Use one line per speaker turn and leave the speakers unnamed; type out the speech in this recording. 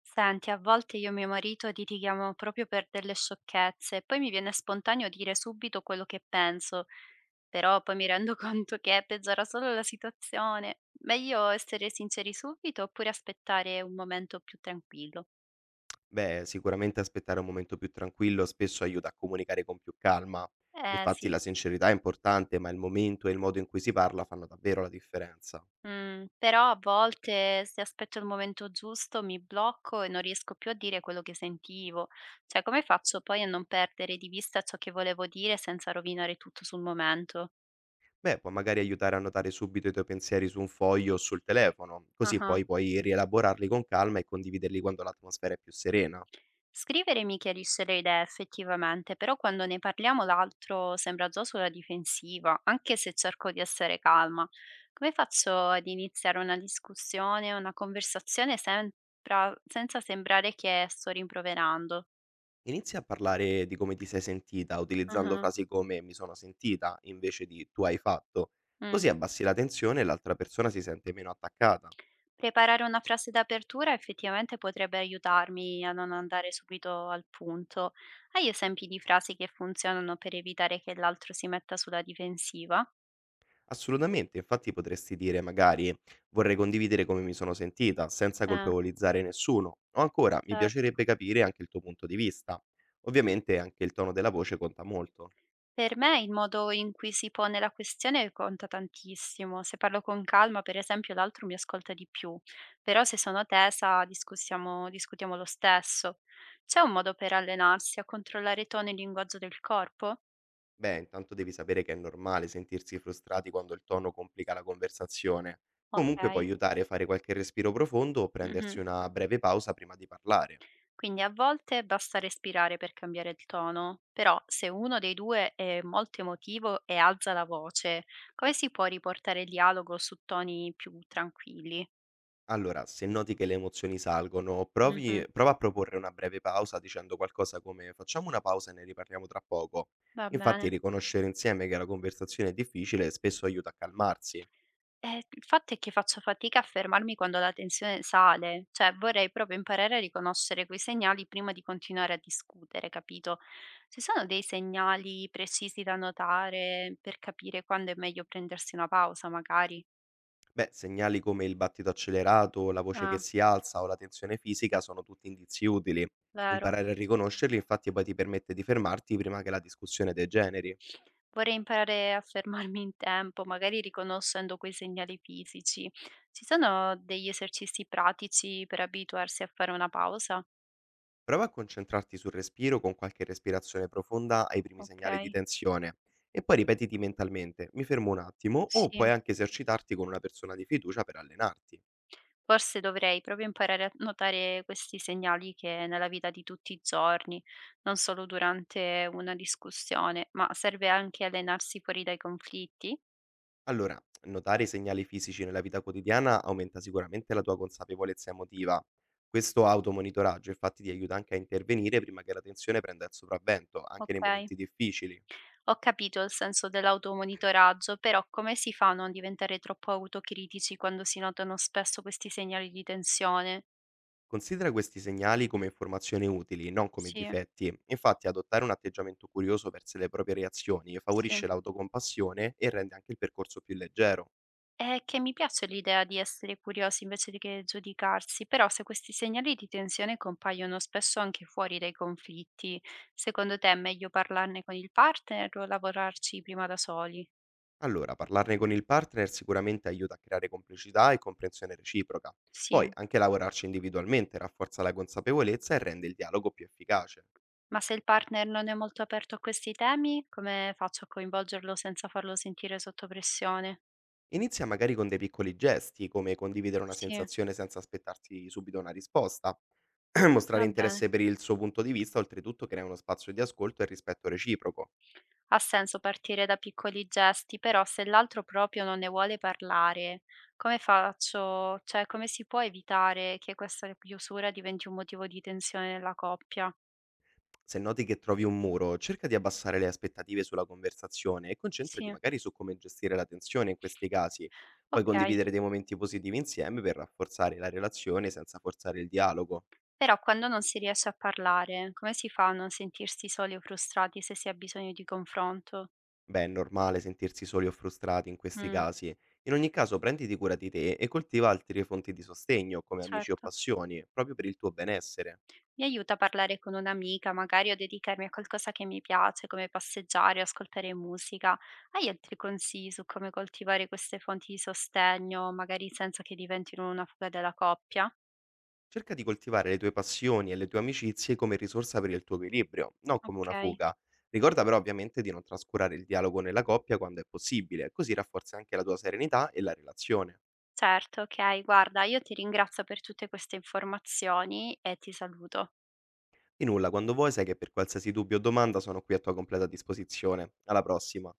Senti, a volte io e mio marito litighiamo proprio per delle sciocchezze e poi mi viene spontaneo dire subito quello che penso, però poi mi rendo conto che peggiora solo la situazione. Meglio essere sinceri subito oppure aspettare un momento più tranquillo.
Beh, sicuramente aspettare un momento più tranquillo spesso aiuta a comunicare con più calma.
Eh
Infatti
sì.
la sincerità è importante, ma il momento e il modo in cui si parla fanno davvero la differenza.
Mm, però a volte se aspetto il momento giusto mi blocco e non riesco più a dire quello che sentivo. Cioè, come faccio poi a non perdere di vista ciò che volevo dire senza rovinare tutto sul momento?
Beh, può magari aiutare a notare subito i tuoi pensieri su un foglio o sul telefono,
Ah
così
ah.
poi puoi rielaborarli con calma e condividerli quando l'atmosfera è più serena.
Scrivere mi chiarisce le idee effettivamente, però quando ne parliamo l'altro sembra già sulla difensiva, anche se cerco di essere calma. Come faccio ad iniziare una discussione, una conversazione senza sembrare che sto rimproverando?
Inizia a parlare di come ti sei sentita, utilizzando
Ah,
frasi come mi sono sentita invece di tu hai fatto.
mm.
Così abbassi la tensione e l'altra persona si sente meno attaccata.
Preparare una frase d'apertura effettivamente potrebbe aiutarmi a non andare subito al punto. Hai esempi di frasi che funzionano per evitare che l'altro si metta sulla difensiva?
Assolutamente, infatti potresti dire magari vorrei condividere come mi sono sentita, senza
Eh,
colpevolizzare nessuno, o ancora mi
certo.
piacerebbe capire anche il tuo punto di vista. Ovviamente anche il tono della voce conta molto.
Per me il modo in cui si pone la questione conta tantissimo. Se parlo con calma, per esempio, l'altro mi ascolta di più, però se sono tesa discutiamo lo stesso. C'è un modo per allenarsi a controllare tono e linguaggio del corpo?
Beh, intanto devi sapere che è normale sentirsi frustrati quando il tono complica la conversazione. Comunque può
Ok.
aiutare a fare qualche respiro profondo o prendersi
Mhm.
una breve pausa prima di parlare.
Quindi a volte basta respirare per cambiare il tono, però se uno dei due è molto emotivo e alza la voce, come si può riportare il dialogo su toni più tranquilli?
Allora, se noti che le emozioni salgono,
Mhm,
provi prova a proporre una breve pausa dicendo qualcosa come facciamo una pausa e ne riparliamo tra poco.
va
Infatti,
bene.
riconoscere insieme che la conversazione è difficile spesso aiuta a calmarsi.
Il fatto è che faccio fatica a fermarmi quando la tensione sale, cioè vorrei proprio imparare a riconoscere quei segnali prima di continuare a discutere, capito? Ci sono dei segnali precisi da notare per capire quando è meglio prendersi una pausa, magari?
Beh, segnali come il battito accelerato, la voce che
Ah,
si alza o la tensione fisica sono tutti indizi utili.
vero.
Imparare a riconoscerli, infatti, poi ti permette di fermarti prima che la discussione degeneri.
Vorrei imparare a fermarmi in tempo, magari riconoscendo quei segnali fisici. Ci sono degli esercizi pratici per abituarsi a fare una pausa?
Prova a concentrarti sul respiro con qualche respirazione profonda ai primi
Ok,
segnali di tensione e poi ripetiti mentalmente, mi fermo un attimo, o
sì.
puoi anche esercitarti con una persona di fiducia per allenarti.
Forse dovrei proprio imparare a notare questi segnali che nella vita di tutti i giorni, non solo durante una discussione, ma serve anche allenarsi fuori dai conflitti,
Allora, notare i segnali fisici nella vita quotidiana aumenta sicuramente la tua consapevolezza emotiva. Questo automonitoraggio infatti ti aiuta anche a intervenire prima che la tensione prenda il sopravvento, anche nei
ok?
momenti difficili.
Ho capito il senso dell'automonitoraggio, però come si fa a non diventare troppo autocritici quando si notano spesso questi segnali di tensione?
Considera questi segnali come informazioni utili, non come
Sì,
difetti. Infatti, adottare un atteggiamento curioso verso le proprie reazioni
sì.
favorisce l'autocompassione e rende anche il percorso più leggero.
È che mi piace l'idea di essere curiosi invece di che giudicarsi, però se questi segnali di tensione compaiono spesso anche fuori dai conflitti, secondo te è meglio parlarne con il partner o lavorarci prima da soli?
Allora, parlarne con il partner sicuramente aiuta a creare complicità e comprensione reciproca.
Sì,
Poi, anche lavorarci individualmente rafforza la consapevolezza e rende il dialogo più efficace.
ma se il partner non è molto aperto a questi temi, come faccio a coinvolgerlo senza farlo sentire sotto pressione?
Inizia magari con dei piccoli gesti, come condividere una
Sì,
sensazione senza aspettarsi subito una risposta. Mostrare
va bene.
interesse per il suo punto di vista, oltretutto, crea uno spazio di ascolto e rispetto reciproco.
Ha senso partire da piccoli gesti, però se l'altro proprio non ne vuole parlare, come faccio cioè come si può evitare che questa chiusura diventi un motivo di tensione nella coppia?
Se noti che trovi un muro, cerca di abbassare le aspettative sulla conversazione e concentrati
Sì,
magari su come gestire la tensione in questi casi. Puoi
okay.
condividere dei momenti positivi insieme per rafforzare la relazione senza forzare il dialogo.
Però quando non si riesce a parlare, come si fa a non sentirsi soli o frustrati se si ha bisogno di confronto?
Beh, è normale sentirsi soli o frustrati in questi
Mh,
casi. In ogni caso, prenditi cura di te e coltiva altre fonti di sostegno, come amici o
certo.
passioni, proprio per il tuo benessere.
Mi aiuta a parlare con un'amica, magari, o dedicarmi a qualcosa che mi piace, come passeggiare o ascoltare musica. Hai altri consigli su come coltivare queste fonti di sostegno, magari senza che diventino una fuga della coppia?
Cerca di coltivare le tue passioni e le tue amicizie come risorsa per il tuo equilibrio, non come una
Ok,
fuga. Ricorda però ovviamente di non trascurare il dialogo nella coppia quando è possibile, così rafforzi anche la tua serenità e la relazione.
certo, ok, guarda, io ti ringrazio per tutte queste informazioni e ti saluto.
Di nulla, quando vuoi sai che per qualsiasi dubbio o domanda sono qui a tua completa disposizione. Alla prossima!